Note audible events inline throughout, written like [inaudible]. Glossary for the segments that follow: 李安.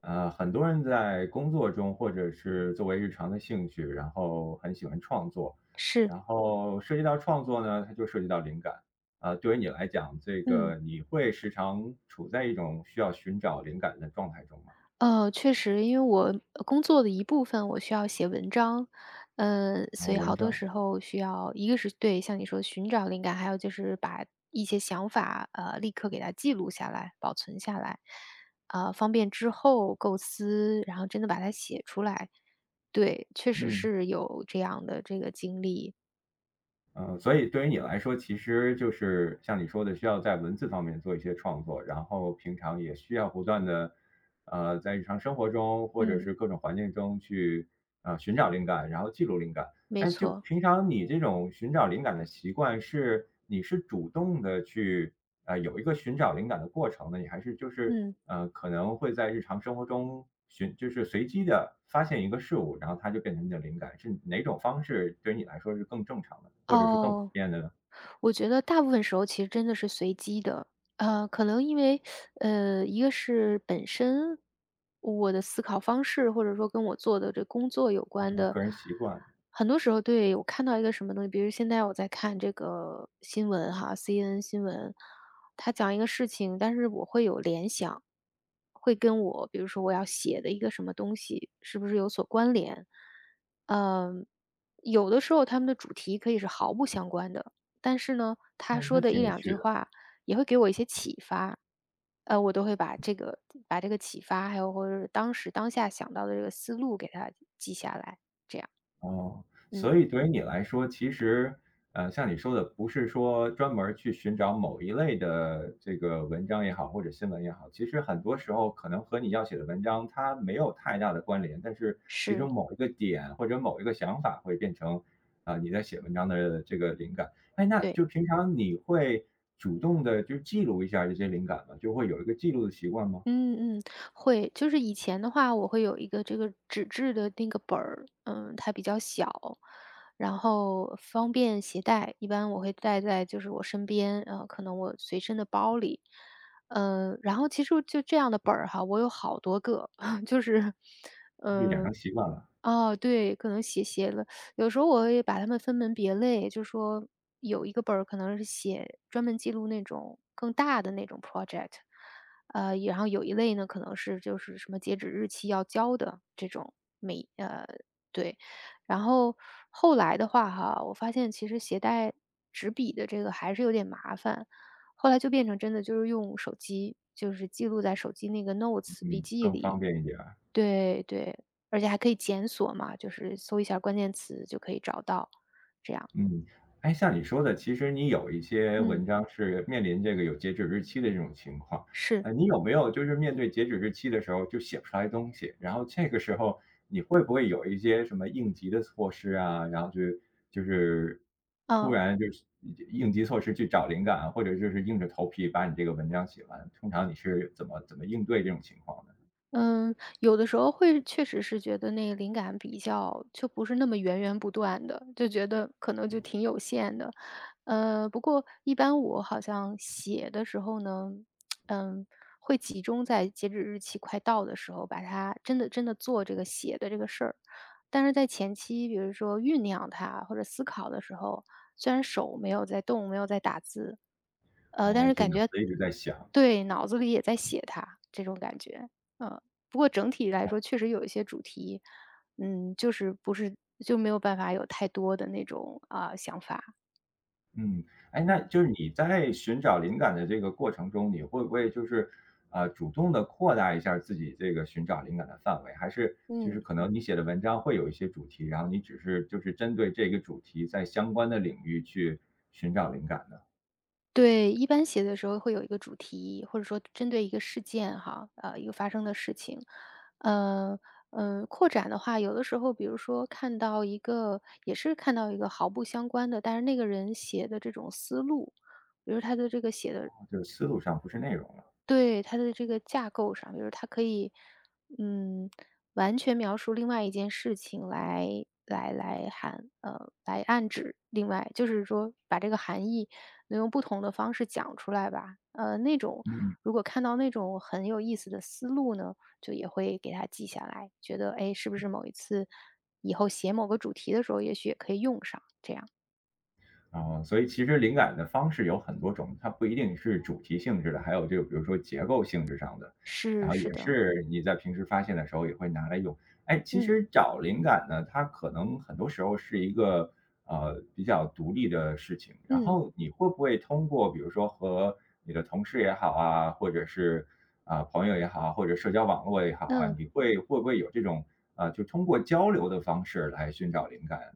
很多人在工作中或者是作为日常的兴趣，然后很喜欢创作，是。然后涉及到创作呢，它就涉及到灵感。对于你来讲，这嗯，个你会时常处在一种需要寻找灵感的状态中吗？确实，因为我工作的一部分我需要写文章。所哦，以文好多章。时候需要，一个是对像你说寻找灵感，还有就是把一些想法立刻给它记录下来、保存下来，方便之后构思，然后真的把它写出来。对，确实嗯。是有这样的这个经历。嗯，所以对于你来说，其实就是像你说的，需要在文字方面做一些创作，然后平常也需要不断的，在日常生活中或者嗯，是各种环境中去，寻找灵感，然后记录灵感。没哎，就错。平常你这种寻找灵感的习惯是你是主动的去有一个寻找灵感的过程呢，你还是就是嗯。可能会在日常生活中寻就是随机的发现一个事物，然后它就变成你的灵感，是哪种方式对于你来说是更正常的，或者是更普哦，遍的？我觉得大部分时候其实真的是随机的。可能因为，一个是本身我的思考方式，或者说跟我做的这工作有关的。个人习惯？很多时候对，我看到一个什么东西，比如现在我在看这个新闻哈，CNN 新闻，他讲一个事情，但是我会有联想，会跟我比如说我要写的一个什么东西是不是有所关联。嗯、有的时候他们的主题可以是毫不相关的，但是呢，他哦，那说的挺一有两趣句的。话也会给我一些启发。我都会把这个把这个启发，还有或者是当时当下想到的这个思路给它记下来，这样。哦，所嗯，以对于你来说，其实，像你说的，不是说专门儿去寻找某一类的这个文章也好，或者新闻也好，其实很多时候可能和你要写的文章它没有太大的关联，但是其是，中某一个点或者某一个想法会变成啊、你在写文章的这个灵感。哎，那就对。平常你会主动的就记录一下这些灵感吗？就会有一个记录的习惯吗？嗯嗯，会。就是以前的话，我会有一个这个纸质的那个本儿，嗯，它比较小，然后方便携带，一般我会带在就是我身边，可能我随身的包里。嗯，然后其实就这样的本儿哈，我有好多个，[laughs] 就是，就养嗯、成习惯了。哦，对，可能写写了有时候我也把它们分门别类，就说有一个本儿可能是写专门记录那种更大的那种 project。然后有一类呢，可能是就是什么截止日期要交的这种，对。然后后来的话哈，我发现其实携带纸笔的这个还是有点麻烦，后来就变成真的就是用手机，就是记录在手机那个 notes 笔嗯，记更方里。便一点。对对，而且还可以检索嘛，就是搜一下关键词就可以找到，这样。嗯，哎，像你说的，其实你有一些嗯，文章是面临这个有截止日期的这种情况，是，你有没有就是面对截止日期的时候就写不出来东西，然后这个时候你会不会有一些什么应急的措施啊？然后就就是突嗯。然就是应急措施去找灵感啊，或者就是硬着头皮把你这个文章写完，通常你是怎么应对这种情况的？嗯，有的时候会确实是觉得那个灵感比较就不是那么源源不断的，就觉得可能就挺有限的。不过一般我好像写的时候呢，嗯，会集中在截止日期快到的时候，把它真的做这个写的这个事儿。但是在前期，比如说酝酿它或者思考的时候，虽然手没有在动，没有在打字，然但后是就感脑觉子一直在想。对，脑子里也在写它这种感觉。嗯。不过整体来说确实有一些主题，嗯，就是不是，就没有办法有太多的那种，啊，想法。嗯，哎，那嗯。就是你在寻找灵感的这个过程中，你会不会就是主动的扩大一下自己这个寻找灵感的范围？还是就是嗯。可能你写的文章会有一些主题，然后你只是就是针对这个主题在相关的领域去寻找灵感呢？对，一般写的时候会有一个主题，或者说针对一个事件哈，一个发生的事情。呃嗯，扩展的话，有的时候比如说看到一个，也是看到一个毫不相关的，但是那个人写的这种思路，比如他的这个写的，就是思路上不是内容了。对，它的这个架构上，比如它可以，嗯，完全描述另外一件事情，来暗指另外，就是说把这个含义能用不同的方式讲出来吧。那种嗯嗯。如果看到那种很有意思的思路呢，就也会给它记下来，觉得哎，诶，是不是某一次以后写某个主题的时候，也许也可以用上，这样。啊，所以其实灵感的方式有很多种，它不一定是主题性质的，还有这个比如说结构性质上的，然是，后是也的。是你在平时发现的时候也会拿来用。哎，其嗯，实找灵感呢，它可能很多时候是一个比较独立的事情。然嗯，后你会不会通过比如说和你的同事也好啊，或者是啊、朋友也好啊，或者社交网络也好啊，嗯。你会不会有这种就通过交流的方式来寻找灵感？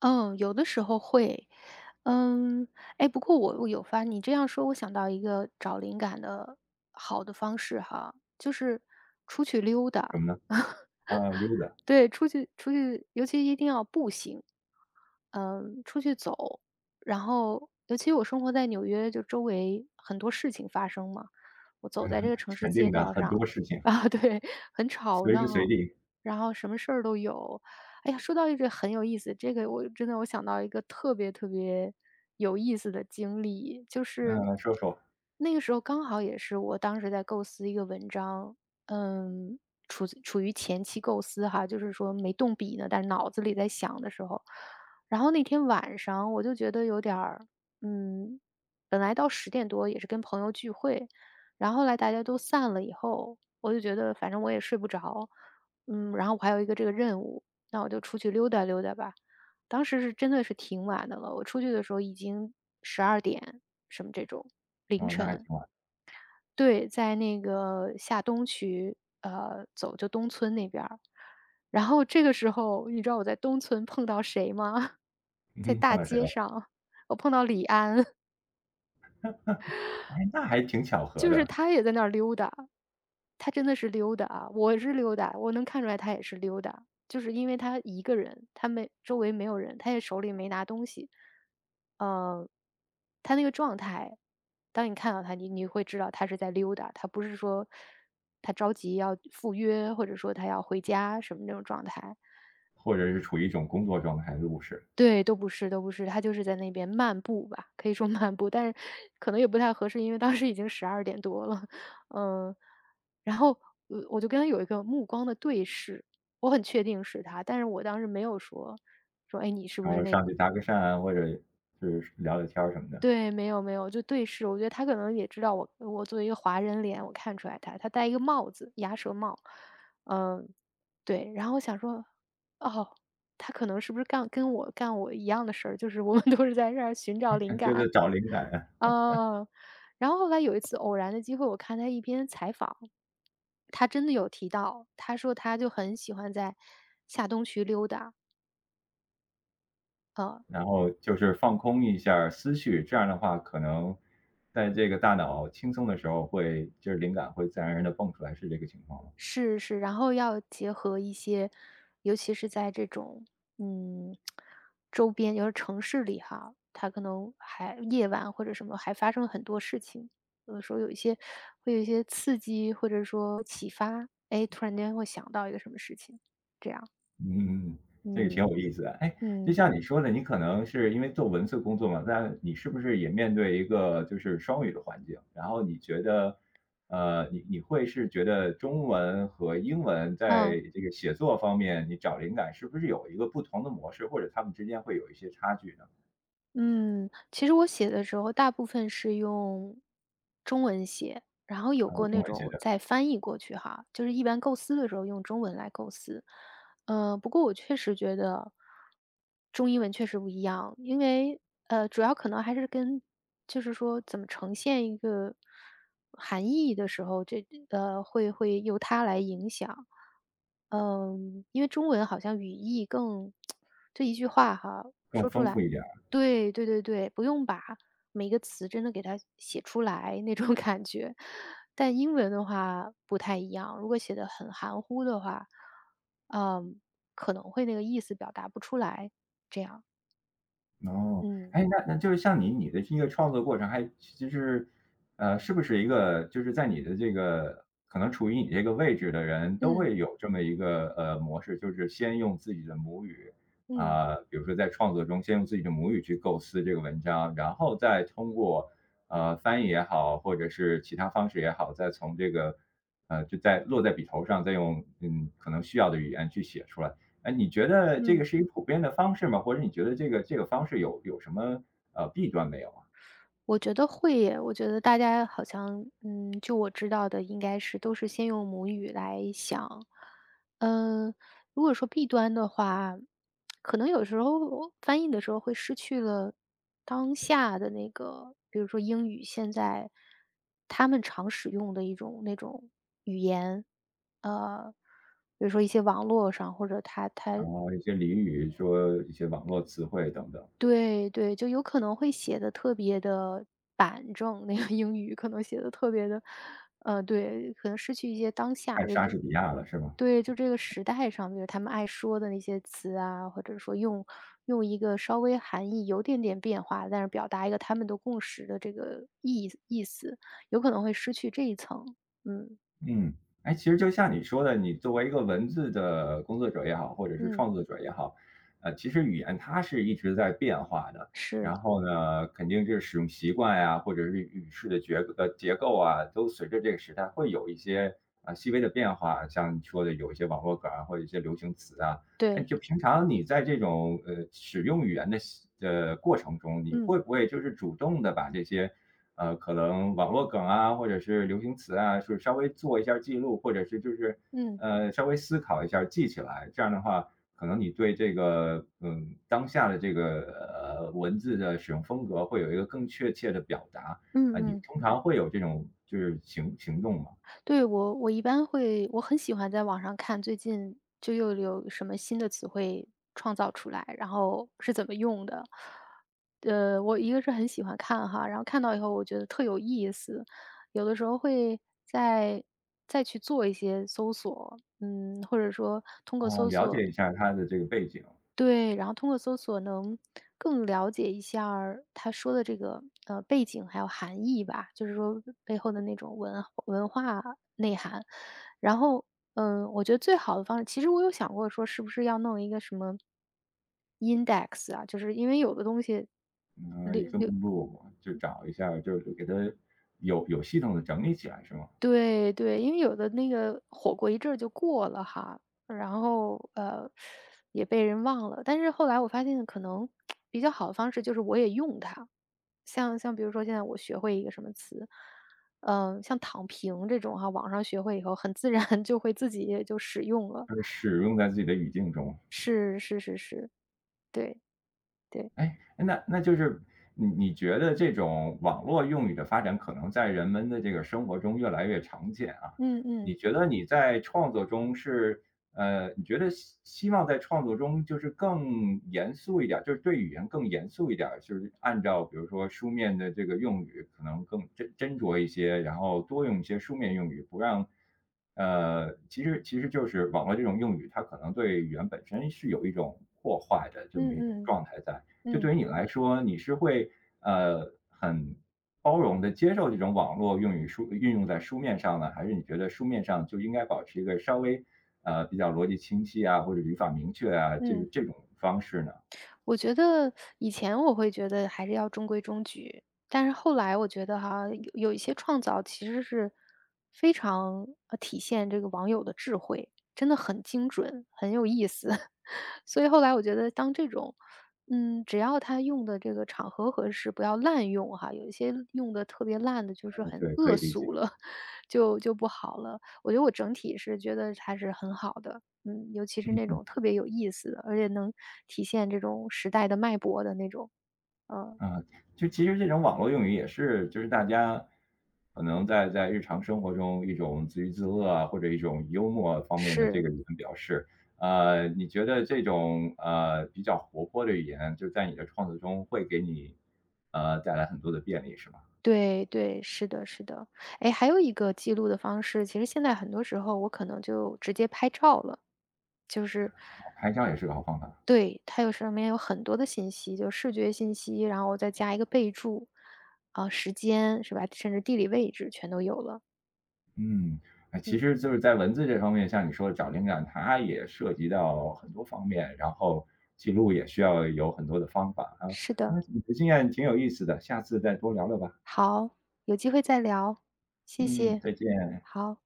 嗯，有的时候会。嗯，哎，不过我有发，你这样说，我想到一个找灵感的好的方式哈，就是出去溜达。什么呢？[laughs] 溜达。对，出去，尤其一定要步行，嗯，出去走。然后，尤其我生活在纽约，就周围很多事情发生嘛，我走在这个城市肯定街的，道很上，多事情，[laughs] 啊，对，很吵随时随闹，地。然后什么事儿都有。哎呀，说到一个很有意思，这个我真的我想到一个特别特别有意思的经历，就是嗯，说说。那个时候刚好也是我当时在构思一个文章，嗯，处于前期构思哈，就是说没动笔呢，但是脑子里在想的时候，然后那天晚上我就觉得有点儿，嗯，本来到十点多也是跟朋友聚会，然后后来大家都散了以后，我就觉得反正我也睡不着，嗯，然后我还有一个这个任务，那我就出去溜达溜达吧。当时是真的是挺晚的了，我出去的时候已经十二点什么这种，凌哦，那还晨。挺晚。对，在那个下东区，呃，走就东村那边儿。然后这个时候，你知道我在东村碰到谁吗？[laughs] 在嗯，碰大到谁了？街上，我碰到李安，[laughs] 哎，那还挺巧合就是的。他也在那儿溜达。他真的是溜达啊，我是溜达，我能看出来他也是溜达，就是因为他一个人，他没，周围没有人，他也手里没拿东西，呃，他那个状态，当你看到他，你你会知道他是在溜达，他不是说他着急要赴约，或者说他要回家什么那种状态。或者是处于一种工作状态入室。对，都不是，他就是在那边漫步吧，可以说 [laughs] 漫步，但是可能也不太合适，因为当时已经十二点多了。嗯。然后，我就跟他有一个目光的对视，我很确定是他，但是我当时没有说。然后上去搭个讪，或者就是聊聊天儿什么的。对，没有没有，就对视，我觉得他可能也知道我，我作为一个华人脸，我看出来他，他戴一个帽子，鸭舌帽。嗯，对，然后我想说，哦，他可能是不是干，跟我干我一样的事儿，就是我们都是在这儿寻找灵 [laughs] 接着感。找灵感。啊，然后后来有一次偶然的机会，我看他一篇采访，他真的有提到，他说他就很喜欢在下东区溜达。呃然后就是放空一下儿思绪，这样的话可能在这个大脑轻松的时候会就是灵感会自然而然的蹦出来，是这个情况吗？是是，然后要结合一些，尤其是在这种嗯周边，尤其是城市里哈，它可能还夜晚或者什么还发生很多事情，有的时候有一些，会有一些刺激或者说启发，哎，突然间会想到一个什么事情，这样。嗯嗯嗯，这个挺嗯有意思的。哎，就嗯像你说的，你可能是因为做文字工作嘛，那你是不是也面对一个就是双语的环境？然后你觉得，你会是觉得中文和英文嗯。在这个写作方面，你找灵感是不是有一个不同的模式，或者他们之间会有一些差距呢？嗯，其实我写的时候大部分是用中文写，然后有过中那文写种的。再翻译过去哈，就是一般构思的时候用中文来构思。不过我确实觉得中英文确实不一样，因为主要可能还是跟，就是说怎么呈现一个含义的时候，这会由它来影响。嗯，因为中文好像语义更，[tsk] [smacks lips] 这一句话哈，更说出丰富来，一点。对，不用把每个词真的给它写出来那种 [laughs] 感觉。但英文的话不太一样，如果写的很含糊的话，嗯，可能会那个意思表达不出来，这样。哦，嗯，哎，那那就是像你的这个创作过程还就是，是不是一个就是在你的这个可能处于你这个位置的人都嗯，会有这么一个，模式，就是先用自己的母语，嗯，啊，比如说在创作中先用自己的母语去构思这个文章，然后再通过，翻译也好，或者是其他方式也好，再从这个，就在落在笔头上，再用，嗯，可能需要的语言去写出来。哎，你觉得这个嗯。是一个普遍的方式吗？或者你觉得这个方式有什么弊端没有啊？我觉得会耶，我觉得大家好像，嗯，就我知道的，应该是都是先用母语来想。嗯，如果说弊端的话，可能有时候翻译的时候会失去了当下的那个，比如说英语现在他们常使用的一种那种语言，呃，比如说一些网络上，或者他然他后一些俚语，说一些网络词汇等等。对对，就有可能会写的特别的板正，那个英语可能写的特别的，对，可能失去一些当下，太就莎这士比亚了是吗？对，就这个时代上比如他们爱说的那些词啊，或者说用，用一个稍微含义有点点变化，但是表达一个他们都共识的这个意思，有可能会失去这一层。嗯，嗯，哎，其实就像你说的，你作为一个文字的工作者也好，或者是嗯，创作者也好，其实语言它是一直在变化的。是，然后呢，肯定是使用习惯呀，或者是语式的结构啊，都随着这个时代会有一些啊细微的变化。像你说的，有一些网络梗啊，或者一些流行词啊。哎，对，就平常你在这种使用语言的过程中，你嗯，会不会就是主动的把这些可能网络梗啊，或者是流行词啊，是稍微做一下记录，或者是就是，嗯，稍微思考一下记起来。这样的话，可能你对这个，嗯，当下的这个，文字的使用风格会有一个更确切的表达。啊，你嗯嗯。通常会有这种就是行动嘛。对，我一般会，我很喜欢在网上看最近就又有什么新的词汇创造出来，然后是怎么用的。我一个是很喜欢看哈，然后看到以后我觉得特有意思，有的时候会再去做一些搜索，嗯，或者说通过啊，搜了索，解一下它的这个背景。对，然后通过搜索能更了解一下儿他说的这个，背景还有含义吧，就是说背后的那种文化内涵。然后，嗯，我觉得最好的方式，其实我有想过说是不是要弄一个什么 index 啊，就是因为有的东西，嗯，一个目录就找一下就是给它有系统的整理起来是吗？对对，因为有的那个火过一阵儿就过了哈，然后也被人忘了。但是后来我发现，可能比较好的方式就是我也用它，像比如说现在我学会一个什么词，像躺平这种哈，网上学会以后，很自然 [laughs] 就会自己也就使用了。就是使用在自己的语境中。是是是是，对对。哎，那那就是你你觉得这种网络用语的发展，可能在人们的这个生活中越来越常见啊。嗯你嗯觉得你在创作中是你觉得希望在创作中就是更严肃一点儿，就是对语言更严肃一点儿，就是按照比如说书面的这个用语，可能更斟酌一些，然后多用一些书面用语，不让其实就是网络这种用语，它可能对语言本身是有一种破坏的这么嗯一种嗯状态在。就嗯对于你来说，你是会很包容的接受这种网络用语书运用在书面上呢，还是你觉得书面上就应该保持一个稍微比较逻辑清晰啊，或者语法明确啊，这个嗯。这种方式呢？我觉得以前我会觉得还是要中规中矩，但是后来我觉得哈，有一些创造其实是非常体现这个网友的智慧，真的很精准，很有意思。[laughs] 所以后来我觉得，当这种，嗯，只要他用的这个场合合适，不要滥用哈。有一些用的特别烂的，就是嗯很对，可恶以理解。俗了，[laughs] 就就不好了。我觉得我整体是觉得还是很好的。嗯，尤其是那种特别有意思的，而且能体现这种时代的脉搏的那种。嗯，啊，就其实这种网络用语也是，就是大家可能在日常生活中一种自娱自乐啊，或者一种幽默方面的这是，个语言表示。你觉得这种比较活泼的语言，就在你的创作中会给你带来很多的便利，是吧？对对，是的是的。哎，还有一个记录的方式，其实现在很多时候我可能就直接拍照了。就是哦，拍箱也是个好方法。对，它有上面有很多的信息，就视觉信息，然后我再加一个备注，啊，时间是吧？甚至地理位置全都有了。嗯，哎，其嗯，实就是在文字这方面，像你说的找灵感，它也涉及到很多方面，然后记录也需要有很多的方法啊。是啊，的，你的经验挺有意思的，下次再多聊聊吧。好，有机会再聊，谢嗯，谢，再见。好。